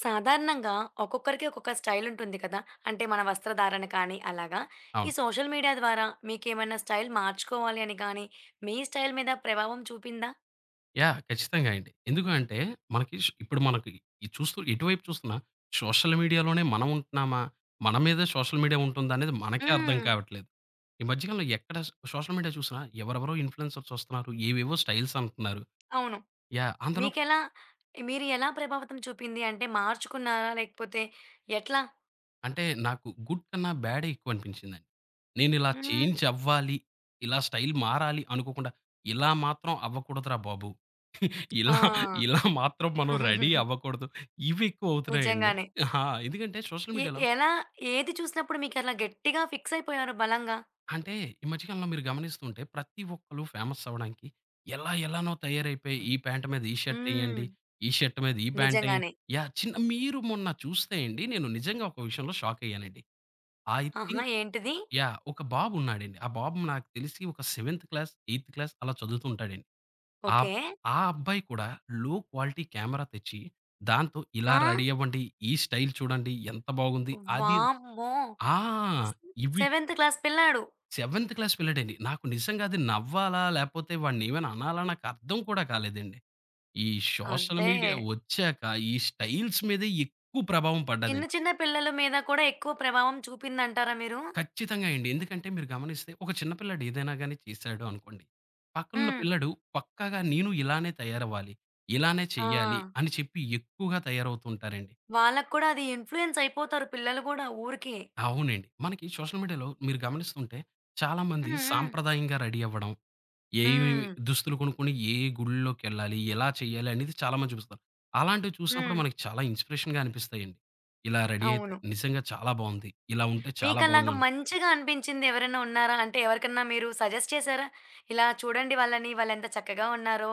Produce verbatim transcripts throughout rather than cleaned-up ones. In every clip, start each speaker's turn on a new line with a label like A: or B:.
A: సాధారణంగా ఒక్కొక్కరికి ఒక్కొక్క స్టైల్ ఉంటుంది కదా! అంటే మన వస్త్రధారణ కానీ అలాగా. ఈ
B: అవును.
A: సోషల్ మీడియా ద్వారా మీకేమైనా స్టైల్ మార్చుకోవాలి అని కానీ, మీ స్టైల్ మీద ప్రభావం చూపిందా?
B: యాహ్! ఖచ్చితంగా అండి. ఎందుకు అంటే మనకి ష్ ఇప్పుడు మనకి ఈ చూస్తూ ఎటువైపు చూస్తున్నా సోషల్ మీడియాలోనే మనం ఉంటున్నామా? మన మీదే సోషల్ మీడియా ఉంటుందా? అనేది మనకే అర్థం
A: హ్మ్.
B: కావట్లేదు. ఈ మధ్యకాలంలో ఎక్కడ సోషల్ మీడియా చూసినా ఎవరెవరో ఇన్‌ఫ్లూయెన్సర్స్ వస్తున్నారు. ఏవేవో స్టైల్స్ అంటున్నారు.
A: అవును.
B: యాహ్! అందులో
A: మీకెలా మీరు ఎలా ప్రభావితం చూపింది? అంటే మార్చుకున్నారా? లేకపోతే ఎట్లా?
B: అంటే నాకు గుడ్ కన్నా బ్యాడే ఎక్కువనిపించిందండి. నేనిలా
A: హ్మ్.
B: చేంజ్ అవ్వాలి, ఇలా స్టైల్ మారాలి అనుకోకుండా, ఇలా మాత్రం అవ్వకూడదురా బాబు!
A: ఆ!
B: ఇలా ఇలా మాత్రం మనం రెడీ అవ్వకూడదు. ఇవి ఎక్కువవుతున్నాయండి.
A: నిజంగానే.
B: ఆ! ఎందుకంటే సోషల్
A: ఎ
B: మీడియాలో
A: ఎలా ఏది చూసినప్పుడు మీకలా గట్టిగా ఫిక్స్ అయిపోయారు బలంగా?
B: అంటే ఈ మధ్య కాలంలో మీరు గమనిస్తుంటే ప్రతి ఒక్కళ్ళు ఫేమస్ అవ్వడానికి ఎలా ఎలానో తయారైపోయి ఈ ప్యాంట్ మీద ఈ షర్ట్
A: హ్మ్.
B: ఎయండి, ఈ షర్ట్ మీద ఈ ప్యాంట్ ఎయండి.
A: నిజంగానే.
B: యాహ్! చిన్న మీరు మొన్న చూస్తే అండి నేను నిజంగా ఒక విషయంలో షాకయ్యానండి. ఐ
A: ఆహా!
B: థింక్
A: ఏంటిది?
B: యాహ్! ఒక బాబున్నాడండి. ఆ బాబు నాకు తెలిసి ఒక సెవెంత్ క్లాస్, ఎయిత్ క్లాస్ అలా చదువుతుంటాడండి. ఆహ్,
A: ఓకే.
B: ఆ అబ్బాయి కూడా లో క్వాలిటీ కెమెరా తెచ్చి, దాంతో ఇలా
A: ఆ!
B: రెడీ అవ్వండి, ఈ స్టైల్ చూడండి ఎంత బాగుంది. అది
A: వామ్మో!
B: ఆ! ఇవి
A: సెవెంత్ క్లాస్ పిల్లాడు.
B: సెవెంత్ క్లాస్ పిల్లాడండి. నాకు నిజంగా అది నవ్వాలా? లేపోతే వాడిని ఏమైనా అనాలా? నాకు అర్థం కూడా కాలేదండి. ఈ సోషల్
A: అదే.
B: మీడియా వచ్చాక, ఈ స్టైల్స్ మీదే ఎక్కువ ప్రభావం
A: చిన్న
B: పడ్డదండి.
A: చిన్న పిల్లల మీద కూడా ఎక్కువ ప్రభావం చూపిందంటారా మీరు?
B: ఖచ్చితంగా అండి. ఎందుకంటే మీరు గమనిస్తే ఒక చిన్న పిల్లాడు ఏదైనా గాని చేశాడు అనుకోండి. పక్కనున్న
A: హ్మ్.
B: పిల్లాడు పక్కాగా నేను ఇలానే తయారవ్వాలి, ఇలానే
A: ఆ!
B: చెయ్యాలి అని చెప్పి ఎక్కువగా తయారవుతూ ఉంటారండి.
A: వాళ్ళకి కూడా అది ఇన్‌ఫ్లూయెన్స్ అయిపోతారు పిల్లలు గూడా ఊరికే.
B: అవునండి. మనకి సోషల్ మీడియాలో మీరు గమనిస్తుంటే చాలామంది
A: హ్మ్. హ్మ్.
B: సాంప్రదాయంగా రెడీ అవ్వడం, ఏమేమి
A: హ్మ్.
B: దుస్తులు కొనుక్కొని ఏ గుడిలోకెళ్ళాలి, ఎలా చేయాలి అనేది చాలామంది చూపిస్తారు. అలాంటివి చూసినప్పుడు
A: హ్మ్.
B: మనకి చాలా ఇన్స్‌పిరేషన్‌గా అనిపిస్తాయండి. ఇలా రెడీ అయితే
A: అవును.
B: నిజంగా చాలా బావుంది. ఇలా ఉంటే చాలా
A: మీకలాగా
B: బావున్నాను.
A: మంచిగా అనిపించింది ఎవరైనా ఉన్నారా? అంటే ఎవరికన్నా మీరు సజెస్ట్ చేసారా? ఇలా చూడండి వాళ్ళని, వాళ్ళెంత చక్కగా ఉన్నారో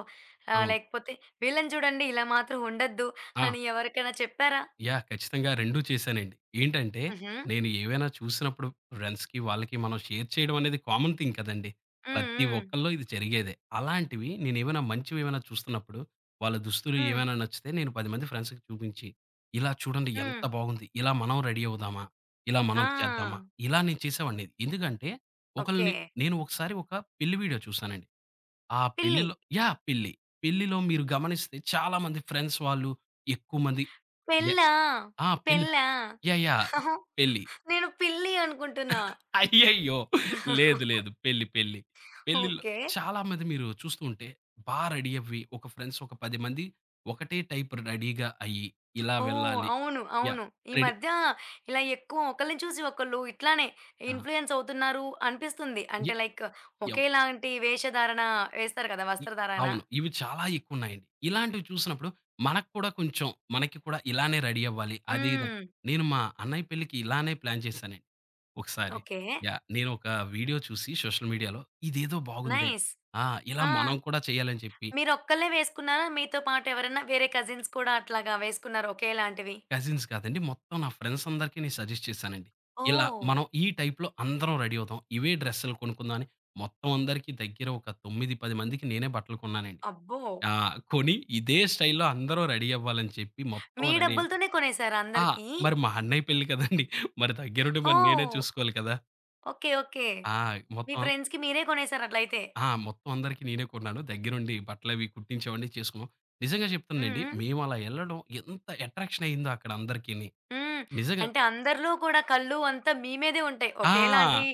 A: ఆహ్,
B: అవును.
A: లేకపోతే వీళ్ళని చూడండి ఇలా మాత్రం ఉండొద్దు
B: ఆ!
A: అని ఎవరికైనా చెప్పారా?
B: యాహ్! ఖచ్చితంగా రెండూ చేశానండి. ఏంటంటే,
A: హుహు.
B: నేను ఏవైనా చూసినప్పుడు ఫ్రెండ్స్‌కి, వాళ్ళకి మనం షేర్ చేయడం అనేది కామన్ థింగ్ కదండీ.
A: హ్మ్.
B: ప్రతి
A: హ్మ్.
B: ఒక్కళ్ళలో ఇది జరిగేదే. అలాంటివి నేనేమైనా మంచివేమైనా చూస్తున్నప్పుడు, వాళ్ళ దుస్తులు
A: హ్మ్.
B: ఏమైనా నచ్చితే నేను పది మంది ఫ్రెండ్స్‌కి చూపించి, ఇలా చూడండి
A: హ్మ్.
B: ఎంత బాగుంది. ఇలా మనం రెడీ అవుదామా? ఇలా మనం చేద్దామా?
A: ఆ!
B: ఇలా నేను చేసేవాడిని. ఎందుకంటే,
A: ఓకే.
B: ఒకళ్ళని నేను ఒకసారి ఒక పెళ్లి వీడియో చూశానండి. ఆ
A: పిల్లి.
B: పెళ్లిలో యాహ్! పెళ్లి. పెళ్లిలో మీరు గమనిస్తే చాలామంది ఫ్రెండ్స్ వాళ్ళు ఎక్కువ మంది గె
A: పెళ్ళా?
B: ఆ! పెళ్లి.
A: పెళ్ళా?
B: యాహ్! యాహ్! పెళ్లి.
A: నేను పిల్లి అనుకుంటున్నా.
B: అయ్యయ్యో! లేదు లేదు. పెళ్లి పెళ్లి. పెళ్లిల్లో
A: ఓకే.
B: చాలా మంది మీరు చూస్తూ ఉంటే బా రెడీ అవ్వి, ఒక ఫ్రెండ్స్ ఒక పది మంది ఒకటే టైప్ రెడీగా అయ్యి, ఇలా
A: ఓహ్!
B: వెళ్ళాలి.
A: అవును.
B: యాహ్!
A: అవును. ఈ
B: రెడీ
A: మధ్య ఇలా ఎక్కువ ఒకళ్ళని చూసి ఒకళ్ళు ఇట్లానే
B: ఆ!
A: ఇన్‌ఫ్లూయెన్స్ అవుతున్నారు అనిపిస్తుంది.
B: య
A: అంటే లైక్
B: యం
A: ఒకేలాంటి వేషధారణ వేస్తారు కదా!
B: ఇ
A: వస్త్రధారణ.
B: అవును. ఇవి చాలా ఎక్కువున్నాయండి. ఇలాంటివి చూసినప్పుడు మనకు కూడా కొంచెం మనకి కూడా ఇలానే రెడీ అవ్వాలి. అది ఇదని
A: హ్మ్.
B: నేను మా అన్నయ్య పెళ్ళికి ఇలానే ప్లాన్ చేశానండి. ఒకసారి
A: ఓకే.
B: యాహ్! నేనొక వీడియో చూసి సోషల్ మీడియాలో ఇదేదో బాగుందే!
A: నైస్.
B: ఆ! ఇలా
A: ఆ!
B: మనం కూడా చేయాలని చెప్పి
A: మీరొక్కళ్ళే వేసుకున్నారా? మీతో పాటు ఎవరైనా వేరే కజిన్స్ కూడా అట్లాగా వేసుకున్నారా ఒకేలాంటివి?
B: కజిన్స్ కాదండి మొత్తం నా ఫ్రెండ్స్ అందరికీ నేను సజెస్ట్ చేశానండి. ఇలా
A: ఓహ్!
B: మనం ఈ టైప్‌లో అందరం రెడీ అవుదాం. ఇవే డ్రెస్సులు కొనుక్కుందాం అని మొత్తం అందరికీ దగ్గర ఒక తొమ్మిది, పది మందికి నేనే బట్టలు కొన్నానండి.
A: అబ్బో!
B: ఆ! కొని ఇదే స్టైల్‌లో అందరం రెడీ అవ్వాలని చెప్పి మొత్తం
A: మీ
B: రెడీ.
A: డబ్బులతోనే కొనేసారా
B: ఆ!
A: అందరికీ?
B: మరి మా అన్నయ్య పెళ్లి కదండీ! మరి దగ్గరుండి మరి నేనే
A: ఓహ్!
B: చూసుకోవాలి కదా!
A: ఓకే. ఓకే.
B: ఆ!
A: మీ
B: మొత్తం
A: ఫ్రెండ్స్‌కి మీరే కొనేసారు అట్లయితే.
B: ఆ! మొత్తం అందరికి నేనే కొన్నాను. దగ్గరుండి బట్టలవి కుట్టించేవాడిని, చేసుకున్నాం. నిజంగా
A: హ్మ్.
B: చెప్తానండి.
A: హ్మ్.
B: మేము అలా ఎళ్ళడం ఎంత అట్రాక్షన్ అయిందో అక్కడ అందరికిని.
A: హ్మ్.
B: నిజంగా
A: అంటే అందరిలో కూడా కళ్ళు అంతా మీ మీదే ఉంటాయి. ఒకేలాంటి
B: ఆ!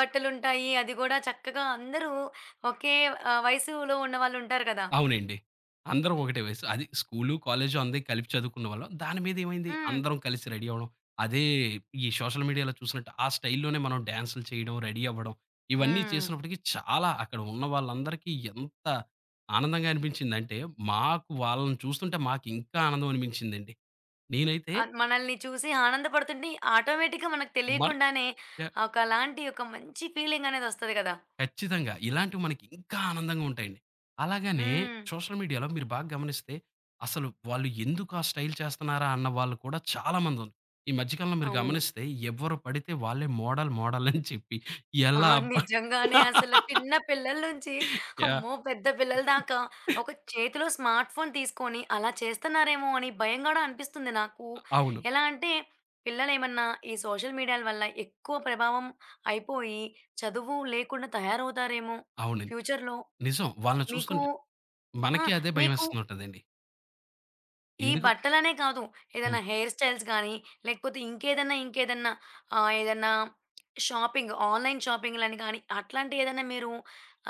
A: బట్టలుంటాయి. అది గూడా చక్కగా అందరూ ఒకే ఆహ్, వయసులో ఉన్నవాళ్ళుంటారు కదా!
B: అవునండి. అందరం ఒకటే వయసు. అది స్కూలు, కాలేజు అందయి కలిపి చదువుకున్నవాళ్ళం. దాని మీదేమైంది
A: హ్మ్.
B: అందరం కలిసి రెడీ అవ్వడం. అదే ఈ సోషల్ మీడియాలో చూసినట్టు ఆ స్టైల్‌లోనే మనం డాన్సులు చేయడం, రెడీ అవ్వడం ఇవన్నీ
A: హ్మ్.
B: చేసినప్పటికి చాలా అక్కడ ఉన్న వాళ్ళందరికీ ఎంత ఆనందంగా అనిపించిందంటే, మాకు వాళ్ళని చూస్తుంటే మాకింకా ఆనందం అనిపించిందండి. నేనైతే
A: ఆహ్, మనల్ని చూసి ఆనందపడుతుంటే ఆటోమేటిక్‌గా మనకు
B: మన
A: తెలియకుండానే
B: యాహ్!
A: ఒకలాంటి ఒక మంచి ఫీలింగనేదొస్తది కదా!
B: ఖచ్చితంగా. ఇలాంటివి మనకి ఇంకా ఆనందంగా ఉంటాయండి. అలాగనే
A: హ్మ్.
B: సోషల్ మీడియాలో మీరు బాగా గమనిస్తే అసలు వాళ్ళు ఎందుకు ఆ స్టైల్ చేస్తున్నారా అన్న వాళ్ళు కూడా చాలా మందున్. ఈ మధ్య కాలంలో మీరు
A: అవును.
B: గమనిస్తే ఎవరు పడితే వాళ్ళే మోడల్ మోడల్ అని చెప్పి
A: ఆ!
B: ఎలా అబ్బా!
A: నిజంగానే అసలు చిన్న పిల్లల నుంచి
B: యాహ్!
A: అమ్మో! పెద్ద పిల్లల దాకా ఒక చేతిలో స్మార్ట్ ఫోన్ తీసుకొని అలా చేస్తున్నారేమో అని భయం గూడా అనిపిస్తుంది నాకు.
B: అవును.
A: ఎలా అంటే పిల్లలేమన్నా ఈ సోషల్ మీడియాల వల్ల ఎక్కువ ప్రభావం అయిపోయి చదువు లేకుండా తయారవుతారేమో
B: అవునండి.
A: ఫ్యూచర్‌లో.
B: నిజం. వాళ్ళని
A: మీకు
B: చూస్తుంటే
A: ఆ!
B: మనకి అదే
A: మీకు
B: భయమేస్తూ ఉంటదండి.
A: ఈ
B: ఎందుకు
A: బట్టలనే కాదు. ఏదైనా
B: హ్మ్.
A: హెయిర్ స్టైల్స్ గానీ, లేకపోతే ఇంకేదన్నా, ఇంకేదన్నా ఆహ్, ఏదన్నా షాపింగ్, ఆన్‌లైన్ షాపింగ్‌లని గానీ, అట్లాంటియి ఏదన్నా మీరు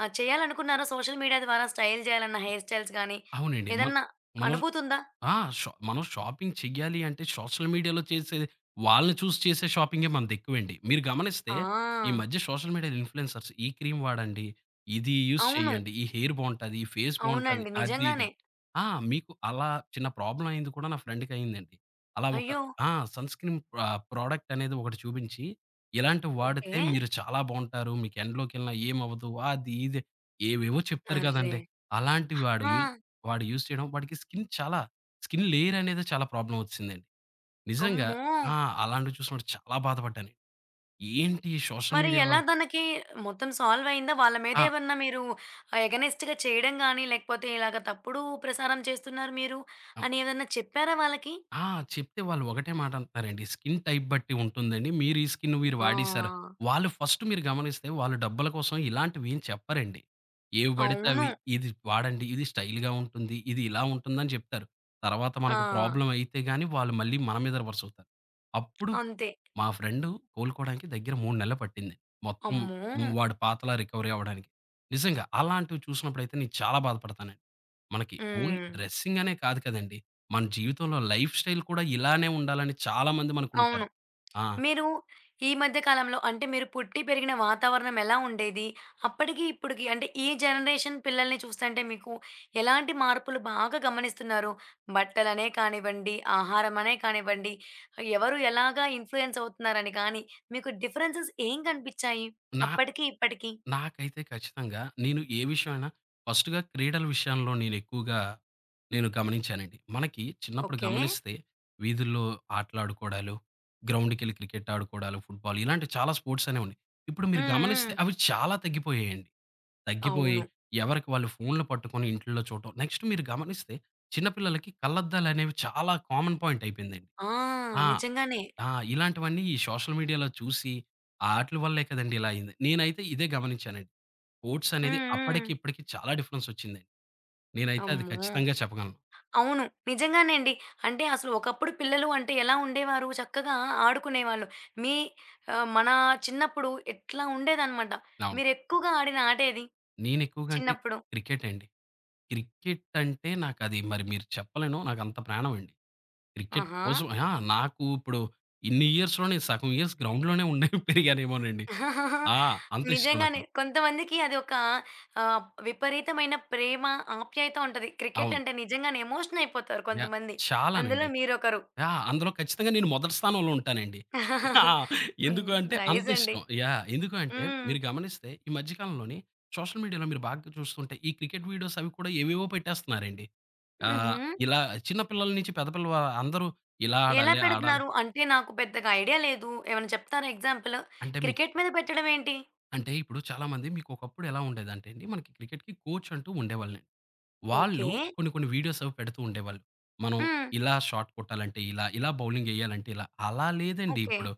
A: ఆహ్, చేయాలనుకున్నారా? సోషల్ మీడియా ద్వారా స్టైల్ జేయాలన్న హెయిర్ స్టైల్స్ గానీ,
B: అవునండి. మన
A: ఏదన్నా
B: మనం
A: అనుభూతుందా?
B: ఆ! షా మనం షాపింగ్ చెయ్యాలి అంటే సోషల్ మీడియాలో చేసే వాళ్ళని చూసి చేసే షాపింగే మనదెక్కువండి. మీరు గమనిస్తే ఈ
A: ఆ!
B: మధ్య సోషల్ మీడియా ఇన్‌ఫ్లూయెన్సర్స్ ఈ క్రీమ్ వాడండి, ఇది యూజ్
A: అవును.
B: చేయండి, ఈ హెయిర్ బావుంటది, ఈ ఫేస్ బావుంటది
A: అవునండి.
B: అది ఇది
A: నిజంగానే.
B: అని. ఆ! మీకు అలా చిన్న ప్రాబ్లమ్ అయింది కూడా నా ఫ్రెండ్‌కయిందండి. అలా ఒక
A: అయ్యో!
B: ఆ! సన్ స్క్రీన్ ఆహ్, ప్రోడక్ట్ అనేది ఒకటి చూపించి, ఇలాంటివి
A: ఓకే.
B: వాడితే మీరు చాలా బావుంటారు. మీకు ఎండలోకెళ్ళినా ఏమవ్వదు. అది ఇది ఏవేవో చెప్తారు
A: అర్రే!
B: కదండీ! అలాంటివి వాడు యూ
A: ఆ!
B: వాడు యూజ్ చేయడం వాడికి స్కిన్ చాలా స్కిన్ లేయర్ అనేదే చాలా ప్రాబ్లమ్ వచ్చిసిందండి. నిజంగా
A: అమ్మో!
B: ఆ! అలాంటివి చూసినప్పుడు చాలా బాధపడ్డాను. ఏంటి సోషల్
A: మరి
B: మీడియాలో
A: ఎలా తనకి మొత్తం సాల్వ్ అయిందా? వాళ్ళ మీద
B: ఆ!
A: ఏమన్నా మీరు ఆహ్, ఎగనెస్ట్‌గా చేయడం గాని, లేకపోతే ఇలాగ తప్పుడు ప్రసారం చేస్తున్నారు మీరు
B: ఆ!
A: అని ఏదన్నా చెప్పారా వాళ్ళకి?
B: ఆ! చెప్తే వాళ్ళు ఒకటే మాట అంటున్నారండి. స్కిన్ టైప్ బట్టి ఉంటుందండి. మీరు ఈ స్కిన్ మీరు వాడేసారు.
A: ఆ!
B: వాళ్ళు ఫస్ట్ మీరు గమనిస్తే వాళ్ళు డబ్బుల కోసం ఇలాంటివి ఏం చెప్పరండి. ఏవి పడితే
A: అవును.
B: అవి ఇది వాడండి. ఇది స్టైల్‌గా ఉంటుంది. ఇది ఇలా ఉంటుందని చెప్తారు. తర్వాత
A: ఆ!
B: మనకు ప్రాబ్లమ్ అయితే గాని వాళ్ళు మళ్ళీ మన మీద రివర్స్ అవుతారు. అప్పుడు
A: అంతే.
B: మా ఫ్రెండు కోలుకోవడానికి దగ్గర మూడు నెలలు పట్టింది. మొత్తం
A: అమ్మో!
B: హ్మ్. వాడు పాతలా రికవరీ అవ్వడానికి. నిజంగా అలాంటివి చూసినప్పుడైతే నేను చాలా బాధపడతానండి. మనకి ఓన్లీ
A: హ్మ్.
B: డ్రెస్సింగ్ అనే కాదు కదండీ! మన జీవితంలో లైఫ్ స్టైల్ కూడా ఇలానే ఉండాలని చాలా మంది మనకుంటారు.
A: అవును.
B: ఆ!
A: మీరు ఈ మధ్య కాలంలో అంటే మీరు పుట్టి పెరిగిన వాతావరణం ఎలా ఉండేది? అప్పటికి, ఇప్పటికి అంటే ఈ జనరేషన్ పిల్లల్ని చూస్తుంటే మీకు ఎలాంటి మార్పులు బాగా గమనిస్తున్నారు? బట్టలనే కానివ్వండి, ఆహారమనే కానివ్వండి, ఎవరు ఎలాగా ఇన్‌ఫ్లూయెన్స్ అవుతున్నారని కానీ, మీకు డిఫరెన్సెస్ ఏం కనిపిచ్చాయి?
B: నా
A: అప్పటికి, ఇప్పటికి?
B: నాకైతే ఖచ్చితంగా నేను ఏ విషయమైనా ఫస్ట్‌గా క్రీడల విషయంలో నేనెక్కువగా నేను గమనించానండి. మనకి చిన్నప్పుడు
A: ఓకే.
B: గమనిస్తే వీధుల్లో ఆటలాడుకోవడాలు, గ్రౌండ్‌కెళ్ళి క్రికెట్ ఆడుకోవడాలు, ఫుట్‌బాల్ ఇలాంటి చాలా స్పోర్ట్స్ అనేవున్నాయి. ఇప్పుడు మీరు
A: హ్మ్. హ్మ్.
B: గమనిస్తే అవి చాలా తగ్గిపోయాయండి. తగ్గిపోయి
A: అవును.
B: ఎవరికి వాళ్ళు ఫోన్‌లు పట్టుకొని ఇంట్లో చూడటం. నెక్స్ట్ మీరు గమనిస్తే చిన్న పిల్లలకి కళ్ళద్దాలనేవి చాలా కామన్ పాయింట్ అయిపోయిందండి.
A: ఆ!
B: ఆ!
A: నిజంగానే.
B: ఆ! ఇలాంటివన్నీ ఈ సోషల్ మీడియాలో చూసి, ఆ ఆటిల వల్లే కదండీ ఇలా అయింది. నేనైతే ఇదే గమనించానండి. ఓట్స్ అనేది
A: హ్మ్. హ్మ్.
B: అప్పటికి, ఇప్పటికి చాలా డిఫరెన్స్ వచ్చిందండి. నేనైతే అది
A: అమ్మో!
B: ఖచ్చితంగా చెప్పగలను.
A: అవును. నిజంగానండి. అంటే అసలు ఒకప్పుడు పిల్లలు అంటే ఎలా ఉండేవారు? చక్కగా ఆడుకునేవాళ్ళు. మీ ఆహ్, మన చిన్నప్పుడు ఇట్లా ఉండేదనమాట.
B: అవును.
A: మీరెక్కువగా ఆడిన ఆట ఏది
B: నేను ఎక్కువగా అంటే
A: చిన్నప్పుడు?
B: క్రికెట్ అండి. క్రికెట్ అంటే నాకది మరి మీరు చెప్పలేను. నాకంత ప్రాణం అండి. క్రికెట్
A: ఆహా!
B: కోసం ఆ! నాకు ఇప్పుడు ఇన్ని ఇయర్స్‌లో నేను సగం ఇయర్స్ గ్రౌండ్‌లోనే ఉండి పెరిగానేమోనండి. ఆ! అంత ఇష్టం నాకు.
A: నిజంగానే. కొంతమందికి అది ఒక ఆహ్, విపరీతమైన ప్రేమ, ఆప్యాయత ఉంటది. క్రికెట్
B: అవును.
A: అంటే నిజంగానే ఎమోషన్ అయిపోతారు
B: యాహ్!
A: కొంతమంది. అందులో
B: చాలానండి.
A: మీరొకరు.
B: ఆ! అందులో ఖచ్చితంగా నేను మొదటి స్థానంలో ఉంటానండి. ఆ!
A: హ్మ్.
B: ఎందుకు అంటే అంత
A: నైస్ అండి.
B: ఇష్టం. యాహ్! ఎందుకు అంటే
A: హ్మ్.
B: మీరు గమనిస్తే ఈ మధ్య కాలంలోని సోషల్ మీడియాలో మీరు బాగా చూస్తుంటే ఈ క్రికెట్ వీడియోస్ అవి కూడా ఏవేవో పెట్టేస్తున్నారండి. ఆహ్,
A: హుహు.
B: ఇలా చిన్న పిల్లల నుంచి పెద్ద పిల్లల వా అందరూ ఇలా
A: ఎలా
B: ఆడాలి, ఆడాలి.
A: పెడుతున్నారు? అంటే నాకు పెద్దగా ఐడియా లేదు. ఏమైనా చెప్తారా ఎగ్జాంపుల్?
B: అంటే మీకు
A: క్రికెట్ మీద పెట్టడం ఏంటి?
B: అంటే ఇప్పుడు చాలామంది మీకు ఒకప్పుడు ఎలా ఉండేదంటే అండి మనకి క్రికెట్‌కి కోచ్ అంటూ ఉండేవాళ్ళని.
A: ఓకే.
B: వాళ్ళు కొన్ని కొన్ని వీడియోస్ అవి పెడుతూ ఉండేవాళ్ళు. మనం
A: హ్మ్.
B: ఇలా షాట్ కొట్టాలంటే ఇలా, ఇలా బౌలింగ్ ఎయ్యాలంటే ఇలా. అలా లేదండి
A: ఓకే.
B: ఇప్పుడు.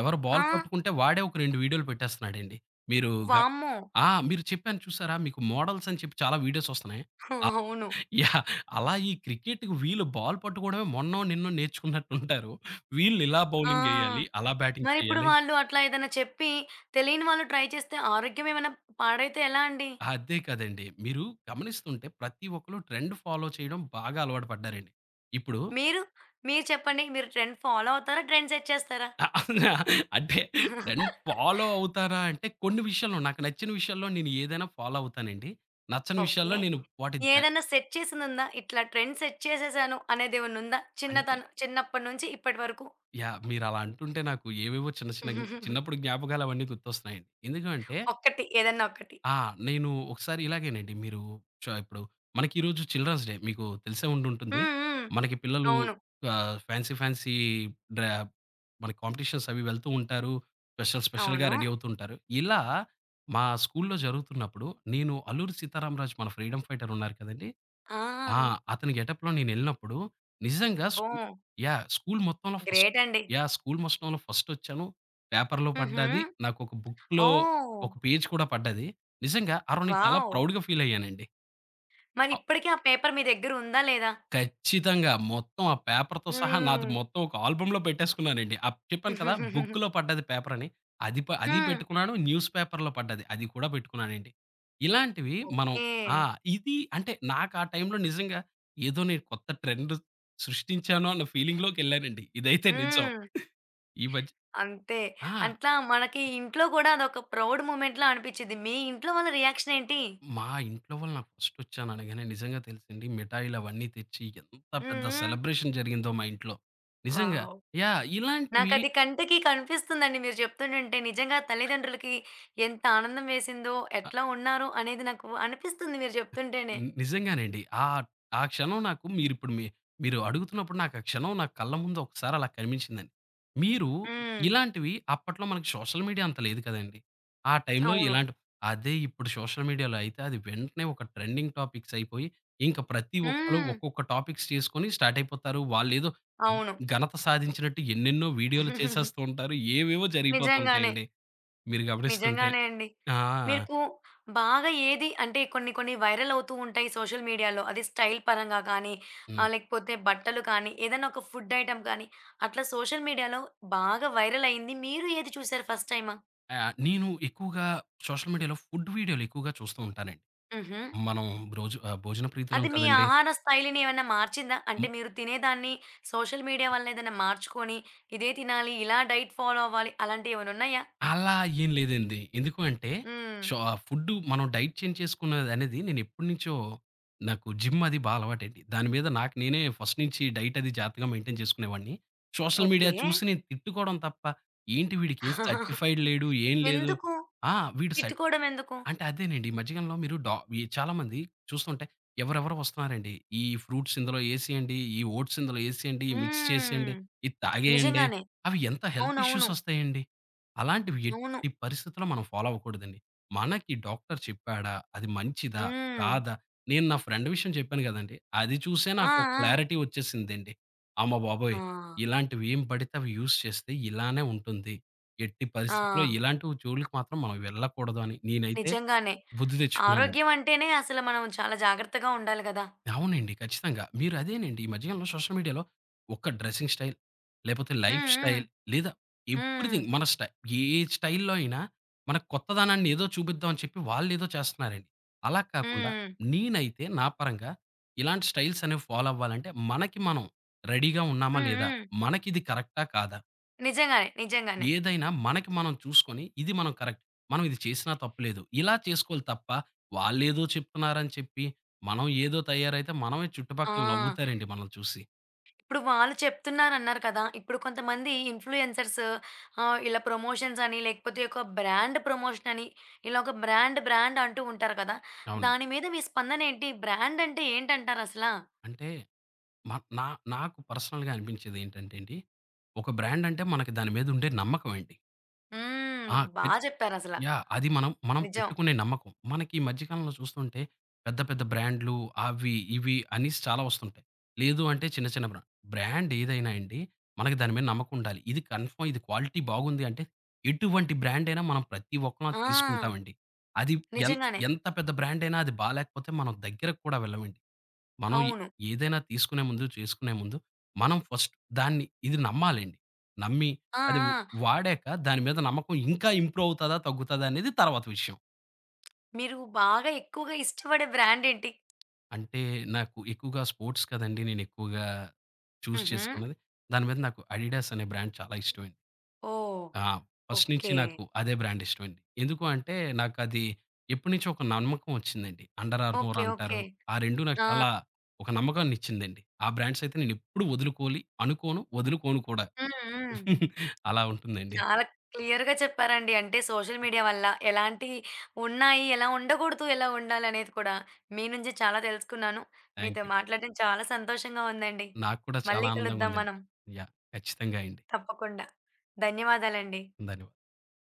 B: ఎవరు
A: ఆ!
B: బాల్ పట్టుకుంటే వాడే ఒక రెండు వీడియోలు పెట్టేస్తున్నాడండి. మీరు గ
A: వామ్మో!
B: ఆ! మీరు చెప్పాను చూసారా మీకు మోడల్స్ అని చెప్పి చాలా వీడియోస్ వస్తున్నాయి. ఆ!
A: అవును.
B: యాహ్! అలా ఈ క్రికెట్‌కి వీళ్ళు బాల్ పట్టుకోవడమే మొన్నో, నిన్నో నేర్చుకున్నట్టుంటారు. వీళ్ళు ఇలా బౌలింగ్
A: ఆ!
B: ఎయ్యాలి, అలా బ్యాటింగ్
A: మరిప్పుడు
B: చేయాలి.
A: వాళ్ళు అట్లా ఏదైనా చెప్పి తెలియని వాళ్ళు ట్రై చేస్తే ఆరోగ్యం ఏమైనా పాడైతే ఎలా అండి?
B: అదే కదండీ! మీరు గమనిస్తుంటే ప్రతి ఒక్కళ్ళు ట్రెండ్ ఫాలో చేయడం బాగా అలవాటు పడ్డారండి. ఇప్పుడు
A: మీరు? మీరు చెప్పండి. మీరు ట్రెండ్ ఫాలో అవుతారా? ట్రెండ్ సెట్ చేస్తారా?
B: అ! అవునా? అంటే ట్రెండ్ ఫాలో అవుతారా అంటే కొన్ని విషయాల్లో నాకు నచ్చిన విషయాల్లో నేను ఏదైనా ఫాలో అవుతానండి. నచ్చని
A: ఓకే.
B: విషయాల్లో నేను వాటి ద
A: ఏదైనా సెట్ చేసిందుందా? ఇట్లా ట్రెండ్ సెట్ చేసేసాను అనేదేమన్నా ఉందా?
B: అంటే
A: చిన్నతనం చిన్నప్పటి నుంచి ఇప్పటి వరకు?
B: యాహ్! మీరలా అంటుంటే నాకు ఏవేవో చిన్న చిన్న జ్ఞ చిన్నప్పుడు జ్ఞాపకాలు అవన్నీ గుర్తొస్తున్నాయండి. ఎందుకు అంటే
A: ఒక్కటి. ఏదన్నా ఒకటి.
B: ఆ! నేను ఒకసారి ఇలాగేనండి. మీరు చ ఇప్పుడు మనకి ఈరోజు చిల్డ్రన్స్ డే మీకు తెలిసే
A: హ్మ్.
B: ఉండుంటుంది.
A: హ్మ్.
B: మనకి పిల్లలు
A: అవును.
B: ఆహ్, ఫ్యాన్సీ ఫ్యాన్సీ డ్రా మన కాంపిటీషన్స్ అవి వెళ్తూ ఉంటారు. స్పెషల్ స్పెషల్‌గా
A: అవును.
B: రెడీ అవుతూ ఉంటారు. ఇలా మా స్కూల్‌లో జరుగుతున్నప్పుడు నేను 'అల్లూరి సీతారామరాజు' మన ఫ్రీడమ్ ఫైటర్ ఉన్నారు కదండీ! ఆ!
A: ఆ!
B: అతని గెటప్‌లో నేనెళ్ళినప్పుడు నిజంగా
A: అబ్బో!
B: స్కూ యాహ్! స్కూల్ మొత్తంలో ఫస్ట్
A: గ్రేట్ అండి.
B: యాహ్! స్కూల్ మొత్తంలో ఫస్టొచ్చాను. పేపర్‌లో
A: హుహు.
B: పడ్డాది. నాకొక బుక్‌లో
A: ఓహ్!
B: ఒక పేజ్ కూడా పడ్డది. నిజంగా ఆ రోజు నేను చాలా
A: వావ్!
B: ప్రౌడ్‌గా ఫీలయ్యానండి. అ
A: మరి ఇప్పటికి ఆ పేపర్ మీ దగ్గర ఉందా లేదా?
B: ఖచ్చితంగా. మొత్తం ఆ పేపర్‌తో సహా నాది
A: హ్మ్.
B: మొత్తం ఒక ఆల్బమ్‌లో పెట్టేసుకున్నానండి. ఆహ్,
A: హ్మ్.
B: చెప్పాను కదా! బుక్‌లో పడ్డది పేపరని. అది ప అది పెట్టుకున్నాను. న్యూస్ పేపర్‌లో పడ్డది. అది కూడా పెట్టుకున్నానండి. ఇలాంటివి మనం
A: ఓకే.
B: ఆ! ఇది అంటే నాకు ఆ టైంలో నిజంగా ఏదో నేను కొత్త ట్రెండ్ సృష్టించాను అన్న ఫీలింగ్‌లోకెళ్ళానండి. ఇదైతే నిజం.
A: హ్మ్.
B: ఈ మధ్య
A: అంతే.
B: ఆ!
A: అట్లా మనకి ఇంట్లో కూడా అదొక ప్రౌడ్ మూమెంట్‌లా అనిపిచ్చిద్ది. మీ ఇంట్లో వాళ్ళ రియాక్షన్ ఏంటి?
B: మా ఇంట్లో వాళ్ళు నాకు ఫస్ట్ వచ్చాను అనగానే నిజంగా తెలుసండి. మిఠాయిలు అవన్నీ తెచ్చి ఎంత పెద్ద
A: హ్మ్. హ్మ్.
B: సెలబ్రేషన్ జరిగిందో మా ఇంట్లో. నిజంగా
A: వావ్!
B: యాహ్! ఇలాంటివి
A: నాకది కంటికి కనిపిస్తుందండి మీరు చెప్తుంటుంటే. నిజంగా తల్లిదండ్రులకి ఎంత ఆనందం వేసిందో, ఎట్లా ఉన్నారు అనేది నాకు అనిపిస్తుంది మీరు చెప్తుంటేనే.
B: ని నిజంగానండి. ఆ ఆ క్షణం నాకు మీరిప్పుడు మీ మీరు అడుగుతున్నప్పుడు నాకు ఆ క్షణం నా కళ్ళ ముందు ఒకసారి అలా కనిపించిందండి. మీరు
A: హ్మ్.
B: ఇలాంటివి అప్పట్లో మనకి సోషల్ మీడియా అంత లేదు కదండీ. ఆ టైంలో
A: అవును.
B: ఇలాంటి అదే ఇప్పుడు సోషల్ మీడియాలో అయితే అది వెంటనే ఒక ట్రెండింగ్ టాపిక్స్ అయిపోయి, ఇంకా ప్రతి ఒక్కళ్ళు
A: హ్మ్.
B: ఒక్కొక్క టాపిక్స్ చేసుకొని స్టార్ట్ అయిపోతారు. వాళ్ళేదో
A: అవును.
B: ఘనత సాధించినట్టు ఎన్నెన్నో వీడియోలు చేసేస్తూ ఉంటారు. ఏవేవో
A: నిజంగానే.
B: జరిగిపోతుంటాయండి. మీరు గమనిస్తుంటే.
A: నిజంగానే అండి.
B: ఆ!
A: మీకు బాగా ఏది అంటే కొన్ని కొన్ని వైరల్ అవుతూ ఉంటాయి సోషల్ మీడియాలో. అది స్టైల్ పరంగా కానీ,
B: హ్మ్.
A: ఆహ్, లేకపోతే బట్టలు కానీ, ఏదైనా ఒక ఫుడ్ ఐటెమ్ కానీ, అట్లా సోషల్ మీడియాలో బాగా వైరల్ అయింది. మీరు ఏది చూసారు ఫస్ట్ టైమా?
B: ఆహ్, నేను ఎక్కువగా సోషల్ మీడియాలో ఫుడ్ వీడియోలు ఎక్కువగా చూస్తూ ఉంటానండి.
A: హుహు.
B: మనం బ్రోజు ఆహ్, భోజన ప్రీతులం
A: అది మీ
B: కదండీ!
A: ఆహార స్థైలిని ఏమైనా మార్చిందా? అంటే
B: హ్మ్.
A: మీరు తినేదాన్ని సోషల్ మీడియా వల్ల ఏదైనా మార్చుకొని, ఇదే తినాలి, ఇలా డైట్ ఫాలో అవ్వాలి అలాంటివి ఏమైనా ఉన్నాయా?
B: అలా ఏం లేదండి. ఎందుకు అంటే
A: హ్మ్.
B: షో ఫుడ్డు మనం డైట్ చేంజ్ చేసుకున్నదనేది నేను ఎప్పటినుంచో నాకు జిమ్ అది బా అలవాటండి. దాని మీద నాకు నేనే ఫస్ట్ నుంచి డైట్ అది జాగ్రత్తగా మెయింటైన్ చేసుకునేవాడిని. Social
A: okay.
B: మీడియా చూసి నేను తిట్టుకోవడం తప్ప ఏంటి వీడికేం సర్టిఫైడ్ లేడు. ఏం లేదు.
A: ఎందుకు?
B: ఆ! వీడు స
A: తిట్టుకోవడం ఎందుకు?
B: అంటే అదేనండి. ఈ మధ్య కాలంలో మీరు డా ఈ చాలామంది చూస్తుంటే ఎవరెవరో వస్తున్నారండి. ఈ ఫ్రూట్స్ ఇందులో ఏసేయండి, ఈ ఓట్స్ ఇందులో ఏసేయండి, మిక్స్
A: హ్మ్.
B: చేసేయండి, ఇది తాగేయండి.
A: నిజంగానే.
B: అవి ఎంత హెల్త్ ఇష్యూస్
A: అవునవును.
B: వస్తాయండి. అలాంటివి
A: అవును.
B: ఎట్టి పరిస్థితిలో మనం ఫాలో అవ్వకూడదండి. మనకి డాక్టర్ చెప్పాడా? అది మంచిదా?
A: హ్మ్.
B: కాదా? నేను నా ఫ్రెండ్ విషయం చెప్పాను గదండీ! అది చూసే
A: ఆ!
B: నాకొక
A: ఆ!
B: క్లారిటీ వచ్చేసిందండి. అమ్మ
A: ఆ!
B: బాబోయ్! ఇలాంటివి ఏం పడితే అవి యూజ్ చేస్తే ఇలానే ఉంటుంది. ఎట్టి
A: ఆ!
B: పరిస్థితిలో ఇలాంటి జోలికి మాత్రం మనం వెళ్ళకూడదు అని నేనైతే
A: నిజంగానే.
B: బుద్ధి తెచ్చుకున్నాను.
A: ఆరోగ్యం అంటేనే అసలు మనం చాలా జాగ్రత్తగా ఉండాలి గదా!
B: అవునండి. ఖచ్చితంగా. మీరు అదేనండి ఈ మధ్యకాలంలో సోషల్ మీడియాలో ఒక డ్రెసింగ్ స్టైల్, లేపోతే లైఫ్
A: హ్మ్. హ్మ్.
B: స్టైల్ లేదా
A: హ్మ్.
B: ఎవ్రీథింగ్ మన స్టై ఏ స్టైల్‌లో అయినా మన కొత్తదనాన్ని ఏదో చూపిద్దాం అని చెప్పి వాళ్ళేదో చేస్తున్నారండి. అలా కాకుండా
A: హ్మ్.
B: నేనైతే నా పరంగా ఇలాంటి స్టైల్స్ అనేవి ఫాలో అవ్వాలంటే మనకి మనం రెడీగా ఉన్నామా
A: హ్మ్.
B: లేదా?
A: హ్మ్.
B: మనకిది కరెక్టా కాదా?
A: నిజంగానే. నిజంగానే.
B: ఏదైనా మనకి మనం చూసుకొని, ఇది మనం కరెక్ట్. మనం ఇది చేసినా తప్పులేదు. ఇలా చేసుకోవాలి తప్ప, వాళ్ళేదో చెప్తున్నారని చెప్పి, మనం ఏదో తయారైతే మనమే చుట్టుపక్కల
A: ఆ!
B: నవ్వుతారండి మనల్ని చూసి.
A: ఇప్పుడు వాళ్ళు చెప్తున్నారన్నారు కదా! ఇప్పుడు కొంతమంది ఇన్‌ఫ్లుయెన్సర్స్ ఆహ్, ఇలా ప్రమోషన్స్ అని, లేకపోతే ఒక బ్రాండ్ ప్రమోషన్ అని, ఇలా ఒక బ్రాండ్, బ్రాండ్ అంటూ ఉంటారు కదా!
B: అవునండి.
A: దాని మీద మీ స్పందనేంటి? బ్రాండ్ అంటే ఏంటంటారసలా?
B: అంటే మ నా నాకు పర్సనల్‌గా అనిపించేదేంటంటే అండి, ఒక బ్రాండ్ అంటే మనకి దాని మీద ఉండే నమ్మకం అండి.
A: హ్మ్.
B: ఆ!
A: బా చెప్పారసలా.
B: యాహ్! అది మనం, మనం
A: నిజం.
B: పెట్టుకునే నమ్మకం. మనకి ఈ మధ్య కాలంలో చూస్తుంటే పెద్ద, పెద్ద బ్రాండ్‌లు అవి, ఇవి అనేసి చాలా వస్తుంటాయి. లేదు అంటే చిన్న, చిన్న బ్రా బ్రాండ్ ఏదైనా అండి మనకి దాని మీద నమ్మకం ఉండాలి. ఇది కన్ఫర్మ్ ఇది క్వాలిటీ బాగుంది అంటే ఎటువంటి బ్రాండ్ అయినా మనం ప్రతి ఒక్కరం అది
A: ఆ!
B: తీసుకుంటామండి. అది ఎన్
A: నిజంగానే.
B: ఎంత పెద్ద బ్రాండ్ అయినా అది బాలేకపోతే మనం దగ్గరకు కూడా వెళ్ళమండి. మనం ఎ
A: అవును.
B: ఏదైనా తీసుకునే ముందు, చేసుకునే ముందు మనం ఫస్ట్ దాన్ని ఇది నమ్మాలండి. నమ్మి
A: ఆ!
B: అది వ్
A: ఆ!
B: వాడాక దాని మీద నమ్మకం ఇంకా ఇంప్రూవ్ అవుతదా? తగ్గుతదా? అనేది తర్వాత విషయం.
A: మీరు బాగా ఎక్కువగా ఇష్టపడే బ్రాండేంటి?
B: అంటే నాకు ఎక్కువగా స్పోర్ట్స్ కదండీ నేను ఎక్కువగా చూజ్
A: హుహు.
B: చేసుకున్నది. దాని మీద నాకు 'అడిడాస్' అనే బ్రాండ్ చాలా ఇష్టమండి.
A: ఓహ్!
B: ఆ! ఫస్ట్ నుంచి
A: ఓకే.
B: నాకు అదే బ్రాండ్ ఇష్టమండి. ఎందుకు అంటే నాకది ఎప్పటినుంచో ఒక నమ్మకం వచ్చిందండి. 'Under armour'
A: okay. ఓకే.
B: అంటారు. ఆ రెండు నాకు
A: ఆ!
B: చాలా ఒక నమ్మకాన్నిచ్చిందండి. ఆ బ్రాండ్స్ అయితే నేనెప్పుడు వదులుకోలి అనుకోను, వదులుకోను కూడా.
A: హ్మ్. హ్మ్.
B: అలా ఉంటుందండి.
A: చాలా క్లియర్‌గా చెప్పారండి. అంటే సోషల్ మీడియా వల్ల ఎలాంటి ఉన్నాయి, ఎలా ఉండకూడదు, ఎలా ఉండాలి అనేది కూడా మీ నుంచి చాలా తెలుసుకున్నాను.
B: థాంక్
A: మీతో
B: యూ.
A: మాట్లాడడం చాలా సంతోషంగా ఉందండి.
B: నాకు కూడా చాలా
A: మళ్ళీ
B: ఆనందంగా
A: కలుద్దాం
B: ఉందండి.
A: మనం.
B: యాహ్! ఖచ్చితంగా అండి.
A: తప్పకుండా. ధన్యవాదాలండి.
B: ధన్యవాదాలు.